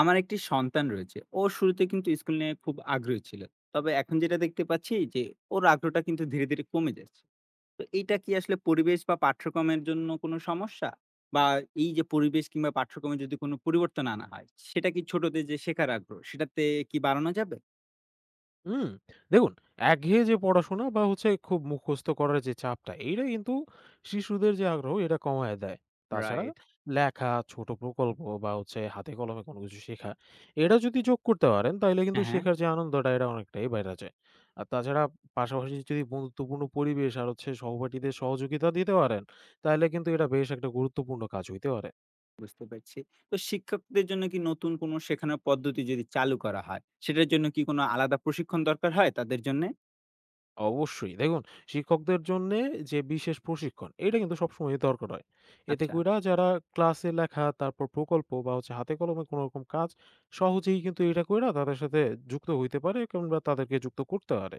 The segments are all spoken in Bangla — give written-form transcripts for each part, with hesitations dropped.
আমার একটি সন্তান রয়েছে। ও শুরুতে কিন্তু স্কুল নিয়ে খুব আগ্রহী ছিল। তবে এখন যেটা দেখতে পাচ্ছি যে ওর আগ্রহটা কিন্তু ধীরে, ধীরে কমে যাচ্ছে। তো এইটা কি আসলে পরিবেশ বা পাঠ্যক্রমের জন্য কোনো সমস্যা? বা এই যে পরিবেশ কিংবা পাঠ্যক্রমে যদি কোনো পরিবর্তন আনা হয়, সেটা কি ছোটদের যে শেখার আগ্রহ সেটাতে কি বাড়ানো যাবে? হুম, দেখুন, একঘেয়ে যে পড়াশোনা বা হচ্ছে খুব মুখস্থ করার যে চাপটা এইটা কিন্তু শিশুদের যে আগ্রহ এটা কমায় দেয়। তাছাড়া রাইট। লেখা, ছোট প্রকল্প বা হচ্ছে হাতে কলমে কোনো কিছু শেখা এটা যদি যোগ করতে পারেন তাইলে কিন্তু হ্যাঁ, হ্যাঁ, শেখার যে আনন্দটা এটা অনেকটাই বাইরা যায়। আর তাছাড়া পাশাপাশি যদি বন্ধুত্বপূর্ণ পরিবেশ আর হচ্ছে সহপাঠীদের সহযোগিতা দিতে পারেন তাহলে কিন্তু এটা বেশ একটা গুরুত্বপূর্ণ কাজ হইতে পারে। বুঝতে পারছি। তো শিক্ষকদের জন্য কি নতুন কোনো শেখানোর পদ্ধতি যদি চালু করা হয়, সেটার জন্য কি কোনো আলাদা প্রশিক্ষণ দরকার হয় তাদের জন্যে? অবশ্যই। দেখুন, শিক্ষকদের জন্যে যে বিশেষ প্রশিক্ষণ, এটা কিন্তু সবসময়ই দরকার হয়। এতে আচ্ছা, কইরা যারা ক্লাসে লেখা, তারপর প্রকল্প বা হচ্ছে হাতে কলমে কোনো রকম কাজ সহজেই কিন্তু এটা কইরা তাদের সাথে যুক্ত হইতে পারে কিংবা তাদেরকে যুক্ত করতে পারে।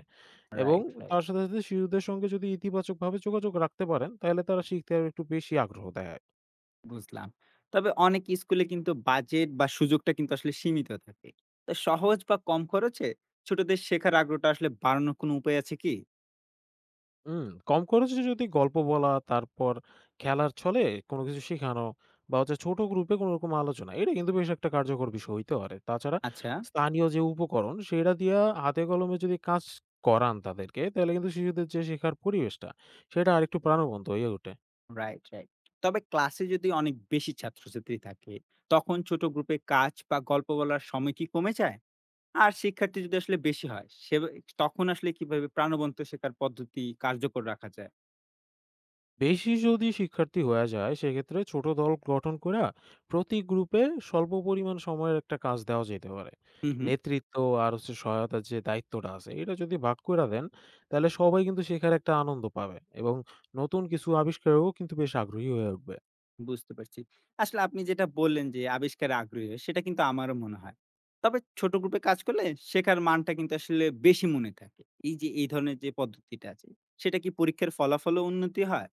এবং রাইট, তার রাইট। সাথে, সাথে শিশুদের সঙ্গে যদি ইতিবাচকভাবে যোগাযোগ রাখতে পারেন, তাইলে তারা শিখতে আরো একটু বেশি আগ্রহ দেখায়। বুঝলাম। তবে অনেক স্কুলে কিন্তু বাজেট বা সুযোগটা কিন্তু আসলে সীমিত থাকে। তো সহজ বা কম খরচে ছোটদের শেখার আগ্রহটা আসলে বাড়ানোর কোনো উপায় আছে কি? হুম, কম খরচে যদি গল্প বলা, তারপর খেলার ছলে কোনো কিছু শেখানো বা হচ্ছে ছোট গ্রুপে কোনোরকম আলোচনা, এটা কিন্তু বেশ একটা কার্যকর বিষয় হইতে পারে। তাছাড়া আচ্ছা, স্থানীয় যে উপকরণ, সেটা দিয়া হাতে কলমে যদি কাজ করান তাদেরকে, তাহলে কিন্তু শিশুদের যে শেখার পরিবেশটা, সেটা আরেকটু প্রাণবন্ত হয়ে ওঠে। Right, right. তবে ক্লাসে যদি অনেক বেশি ছাত্রছাত্রী থাকে, তখন ছোট গ্রুপে কাজ বা গল্প বলার সময় কি কমে যায়? আর শিক্ষার্থী যদি আসলে বেশি হয়, সে তখন আসলে কিভাবে প্রাণবন্ত শেখার পদ্ধতি কার্যকর রাখা যায়? বেশি যদি শিক্ষার্থী হয়ে যায় সেক্ষেত্রে ছোট দল গঠন করে প্রতি গ্রুপে স্বল্প পরিমাণ সময়ের একটা কাজ দেওয়া যেতে পারে। হুম, হুম। নেতৃত্ব আর হচ্ছে সহায়তার যে দায়িত্বটা আছে এটা যদি ভাগ করে দেন তাহলে সবাই কিন্তু শেখার একটা আনন্দ পাবে এবং নতুন কিছু আবিষ্কারেও কিন্তু বেশ আগ্রহী হয়ে উঠবে। বুঝতে পারছি। আসলে আপনি যেটা বললেন যে আবিষ্কারে আগ্রহী হয়, সেটা কিন্তু আমারও মনে হয়। তবে ছোট গ্রুপে কাজ করলে শেখার মানটা কিন্তু আসলে বেশি মনে থাকে। এই যে এই ধরনের যে পদ্ধতিটা আছে, সেটা কি পরীক্ষার ফলাফলেও উন্নতি হয়?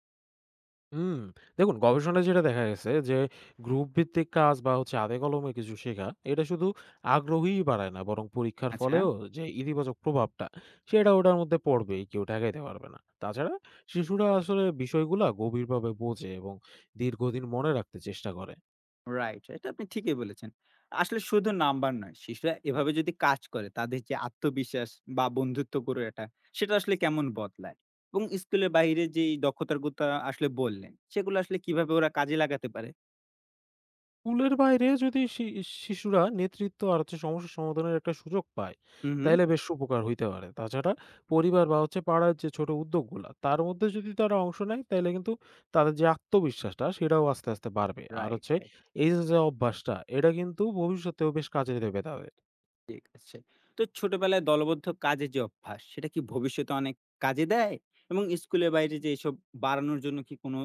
হুম, দেখুন, গবেষণায় যেটা দেখা গেছে যে গ্রুপ ভিত্তিক কাজ বা হচ্ছে হাতে কলমে কিছু শেখা এটা শুধু আগ্রহীই বাড়ায় না বরং পরীক্ষার আচ্ছা, ফলেও যে ইতিবাচক প্রভাবটা সেটা ওটার মধ্যে পড়বেই, কেউ ঠেকাইতে পারবে না। তাছাড়া শিশুরা আসলে বিষয়গুলা গভীরভাবে বোঝে এবং দীর্ঘদিন মনে রাখতে চেষ্টা করে। রাইট। এটা আপনি ঠিকই বলেছেন। আসলে শুধু নাম্বার নয়, শিশুরা এভাবে যদি কাজ করে তাদের যে আত্মবিশ্বাস বা বন্ধুত্ব গড়ে ওঠা, সেটা আসলে কেমন বদলায়? এবং স্কুলের বাইরে যে এই দক্ষতার কথা আসলে বললেন, সেগুলো আসলে কিভাবে ওরা কাজে লাগাতে পারে? স্কুলের বাইরে যদি শিশুরা নেতৃত্ব আর হচ্ছে সমস্যা সমাধানের একটা সুযোগ পায়, হুম, হুম। তাইলে বেশ উপকার হইতে পারে। তাছাড়া পরিবার বা হচ্ছে পাড়ার যে ছোট উদ্যোগগুলা, তার মধ্যে যদি তারা অংশ নেয়, তাইলে কিন্তু তাদের যে আত্মবিশ্বাসটা সেটাও আস্তে, আস্তে বাড়বে। আর রাইট, হচ্ছে রাইট। এই যে, যে অভ্যাসটা, এটা কিন্তু ভবিষ্যতেও বেশ কাজে দেবে তাদের। ঠিক আছে। তো ছোটবেলায় দলবদ্ধ কাজের যে অভ্যাস, সেটা কি ভবিষ্যতে অনেক কাজে দেয়? এবং স্কুলের বাইরে যে এসব বাড়ানোর জন্য কি কোনো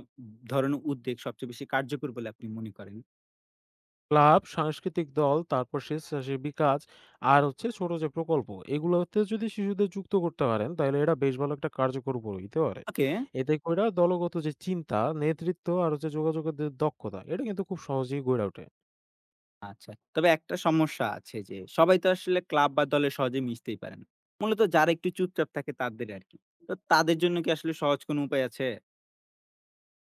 ধরনের উদ্যোগ সবচেয়ে বেশি কার্যকর বলে আপনি মনে করেন? ক্লাব, সাংস্কৃতিক দল, তারপর স্বেচ্ছাসেবী কাজ আর হচ্ছে ছোট যে প্রকল্প, এগুলোতে যদি শিশুদের যুক্ত করতে পারেন, তাহলে এরা বেশ ভালো একটা কার্যকর উপর হইতে পারে। ওকে, এতে কইরা দলগত যে চিন্তা, নেতৃত্ব আর হচ্ছে যোগাযোগের যে দক্ষতা, এটা কিন্তু খুব সহজেই গইড়া ওঠে। আচ্ছা। তবে একটা সমস্যা আছে যে সবাই তো আসলে ক্লাব বা দলে সহজে মিশতেই পারে না। মূলত যারা একটু চুপচাপ থাকে তাদের আরকি। তো তাদের জন্য কি আসলে সহজ কোনো উপায় আছে?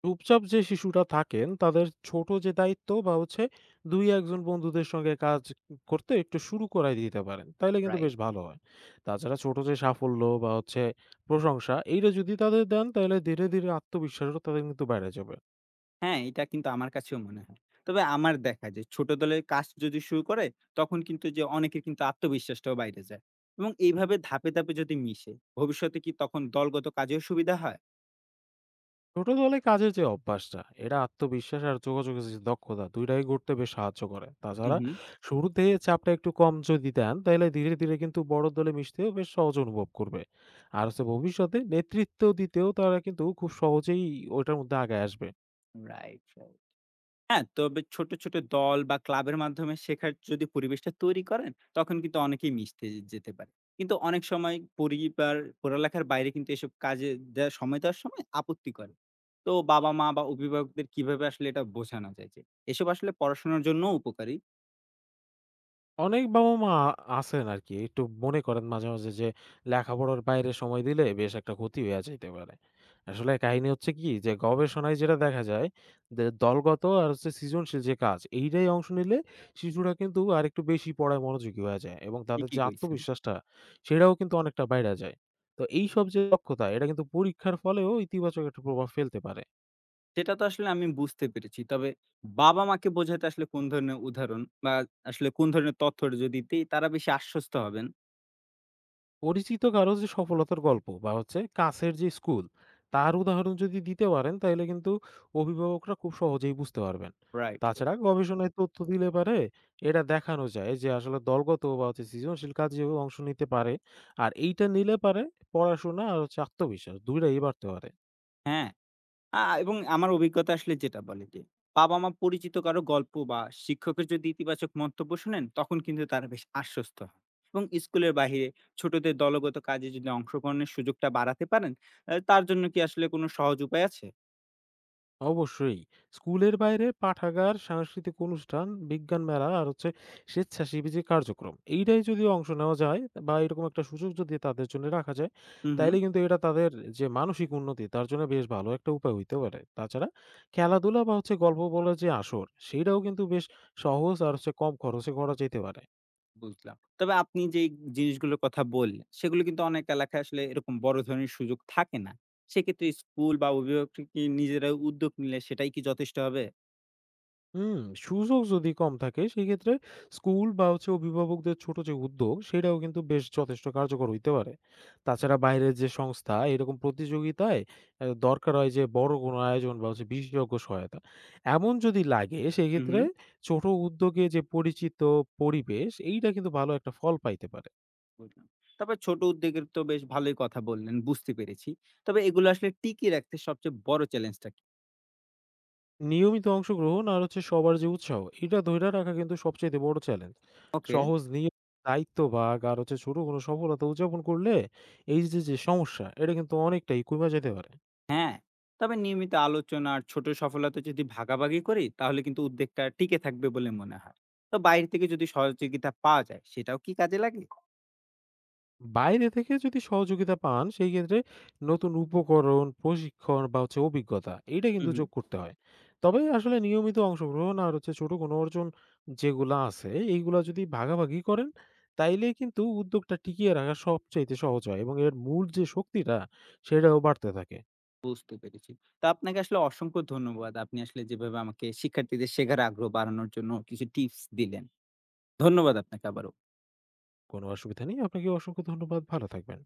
চুপচাপ যে শিশুরা থাকেন তাদের ছোট যে দায়িত্ব বা হচ্ছে ২-১ জন বন্ধুদের সঙ্গে কাজ করতে একটু শুরু করায় দিতে পারেন। তাইলে কিন্তু বেশ রাইট। ভালো হয়। তাছাড়া ছোট যে সাফল্য বা হচ্ছে প্রশংসা এইটা যদি তাদের দেন তাহলে ধীরে, ধীরে আত্মবিশ্বাসও তাদের কিন্তু বেড়ে যাবে। হ্যাঁ, এটা কিন্তু আমার কাছেও মনে হয়। তবে আমার দেখা যে ছোট দলের কাজ যদি শুরু করে তখন কিন্তু অনেকের কিন্তু আত্মবিশ্বাসটাও বাইরে যায়। এবং এইভাবে ধাপে, ধাপে যদি মিশে ভবিষ্যতে কি তখন দলগত কাজেও সুবিধা হয়? ছোট দলে কাজের যে অভ্যাসটা এটা আত্মবিশ্বাস আর যোগাযোগের যে দক্ষতা দুইটাই গড়তে বেশ সাহায্য করে। হু, তাছাড়া হু। শুরুতে চাপটা একটু কম যদি দেন তাহলে ধীরে ধীরে কিন্তু বড় দলে মিশতেও বেশ সহজ অনুভব করবে। আর হচ্ছে ভবিষ্যতে নেতৃত্ব দিতেও তারা কিন্তু খুব সহজেই ওইটার মধ্যে আগে আসবে। Right, right. হ্যাঁ, তবে ছোট, ছোট দল বা ক্লাবের মাধ্যমে শেখার যদি পরিবেশটা তৈরি করেন, তখন কিন্তু অনেকেই মিশতে যেতে পারে। কিন্তু অনেক সময় পরিবার পড়ালেখার বাইরে কিন্তু এসব কাজে দেয়া সময় দেওয়ার সময় আপত্তি করে। তো বাবা-মা বা অভিভাবকদের কিভাবে আসলে এটা বোঝানো যায় যে, এসব আসলে পড়াশোনার জন্যও উপকারী, অনেক বাবা-মা আছেন আরকি। একটু মনে করেন, মাঝে, মাঝে যে লেখাপড়ার বাইরে সময় দিলে বেশ একটা ক্ষতি হইয়া যাইতে পারে। আসলে কাহিনী হচ্ছে কি যে গবেষণায় যেটা দেখা যায় যে দলগত আর হচ্ছে সৃজনশীল যে কাজ, এইটাই অংশ নিলে শিশুরা কিন্তু আরেকটু বেশি পড়ায় মনোযোগী হয়ে যায় এবং তাদের যে ঠিকই কইছেন। আত্মবিশ্বাসটা সেটাও কিন্তু অনেকটা বাইড়া যায়। তো এইসব যে দক্ষতা এটা কিন্তু পরীক্ষার ফলেও ইতিবাচক একটা প্রভাব ফেলতে পারে। সেটা তো আসলে আমি বুঝতে পেরেছি। তবে বাবা-মাকে বোঝাতে আসলে কোন ধরনের উদাহরণ বা আসলে কোন ধরনের তথ্য যদি দেই, তারা বেশি আশ্বস্ত হবেন? পরিচিত কারো যে সফলতার গল্প বা হচ্ছে কাছের যে স্কুল, তার উদাহরণ যদি দিতে পারেন তাহলে কিন্তু অভিভাবকরা খুব সহজেই বুঝতে পারবেন। রাইট, তাছাড়া রাইট। গবেষণায় তথ্য দিলে পারে, এটা দেখানো যায় যে আসলে দলগত বা হচ্ছে সৃজনশীল কাজে অংশ নিতে পারে, আর এইটা নিলে পারে পড়াশোনা আর হচ্ছে আত্মবিশ্বাস দুইটাই বাড়তে পারে। হ্যাঁ। এবং আমার অভিজ্ঞতা আসলে যেটা বলে যে, বাবা-মা পরিচিত কারো গল্প বা শিক্ষকের যদি ইতিবাচক মন্তব্য শোনেন, তখন কিন্তু তারা বেশ আশ্বস্ত হন। এবং স্কুলের বাহিরে ছোটদের দলগত কাজে যদি অংশগ্রহণের সুযোগটা বাড়াতে পারেন, তার জন্য কি আসলে কোনো সহজ উপায় আছে? অবশ্যই। স্কুলের বাইরে পাঠাগার, সাংস্কৃতিক অনুষ্ঠান, বিজ্ঞান মেলা আর হচ্ছে স্বেচ্ছাসেবী যে কার্যক্রম, এইটায় যদি অংশ নেওয়া যায় বা এরকম একটা সুযোগ যদি তাদের জন্য রাখা যায়, হুম, হুম, তাইলে কিন্তু এটা তাদের যে মানসিক উন্নতি তার জন্য বেশ ভালো একটা উপায় হইতে পারে। তাছাড়া খেলাধুলা বা হচ্ছে গল্প বলার যে আসর, সেইটাও কিন্তু বেশ সহজ আর হচ্ছে কম খরচে করা যেতে পারে। বুঝলাম। তবে আপনি যেই জিনিসগুলোর কথা বললেন, সেগুলো কিন্তু অনেক এলাকায় আসলে এরকম বড় ধরনের সুযোগ থাকে না। সেক্ষেত্রে স্কুল বা অভিভাবকরা কি নিজেরা উদ্যোগ নিলে সেটাই কি যথেষ্ট হবে? হুম, সুযোগ যদি কম থাকে সেক্ষেত্রে স্কুল বা হচ্ছে অভিভাবকদের ছোট যে উদ্যোগ সেটাও কিন্তু বেশ যথেষ্ট কার্যকর হইতে পারে। তাছাড়া বাইরের যে সংস্থা এরকম প্রতিযোগিতায় দরকার হয় যে বড় কোনো আয়োজন বা হচ্ছে বিশেষজ্ঞ সহায়তা, এমন যদি লাগে হুম, সেক্ষেত্রে হুম। ছোট উদ্যোগে যে পরিচিত পরিবেশ এইটা কিন্তু ভালো একটা ফল পাইতে পারে। বুঝলাম। তবে ছোট উদ্যোগের তো বেশ ভালোই কথা বললেন, বুঝতে পেরেছি। তবে এগুলো আসলে টিকিয়ে রাখতে সবচেয়ে বড় চ্যালেঞ্জটা কি? নিয়মিত অংশগ্রহণ আর হচ্ছে সবার যে উৎসাহ, এটা ধইরা রাখা কিন্তু সবচাইতে বড় চ্যালেঞ্জ। ওকে। সহজ নিয়ম, দায়িত্ব ভাগ আর হচ্ছে ছোট কোনো সফলতা উদযাপন করলে এই যে, যে সমস্যা, এটা কিন্তু অনেকটাই কইমা যাইতে পারে। হ্যাঁ, তবে নিয়মিত আলোচনা আর ছোট সফলতা যদি ভাগাভাগি করি, তাহলে কিন্তু উদ্যোগটা টিকে থাকবে বলে মনে হয়। তো বাইরে থেকে যদি সহযোগিতা পাওয়া যায়, সেটাও কি কাজে লাগে? বাইরে থেকে যদি সহযোগিতা পান সেই ক্ষেত্রে নতুন উপকরণ, প্রশিক্ষণ বা হচ্ছে অভিজ্ঞতা এইটা হুম, কিন্তু হুম। যোগ করতে হয়। তবে আসলে নিয়মিত অংশগ্রহণ আর হচ্ছে ছোট কোনো অর্জন যেগুলা আছে এইগুলা যদি ভাগাভাগি করেন তাইলে কিন্তু উদ্যোগটা টিকিয়ে রাখা সবচাইতে সহজ হয় এবং এর মূল যে শক্তিটা সেটাও বাড়তে থাকে। বুঝতে পেরেছি। তো আপনাকে আসলে অসংখ্য ধন্যবাদ। আপনি আসলে যেভাবে আমাকে শিক্ষার্থীদের শেখার আগ্রহ বাড়ানোর জন্য কিছু টিপস দিলেন। ধন্যবাদ আপনাকে আবারও। কোনো অসুবিধা নেই। আপনাকে অসংখ্য ধন্যবাদ। ভালো থাকবেন।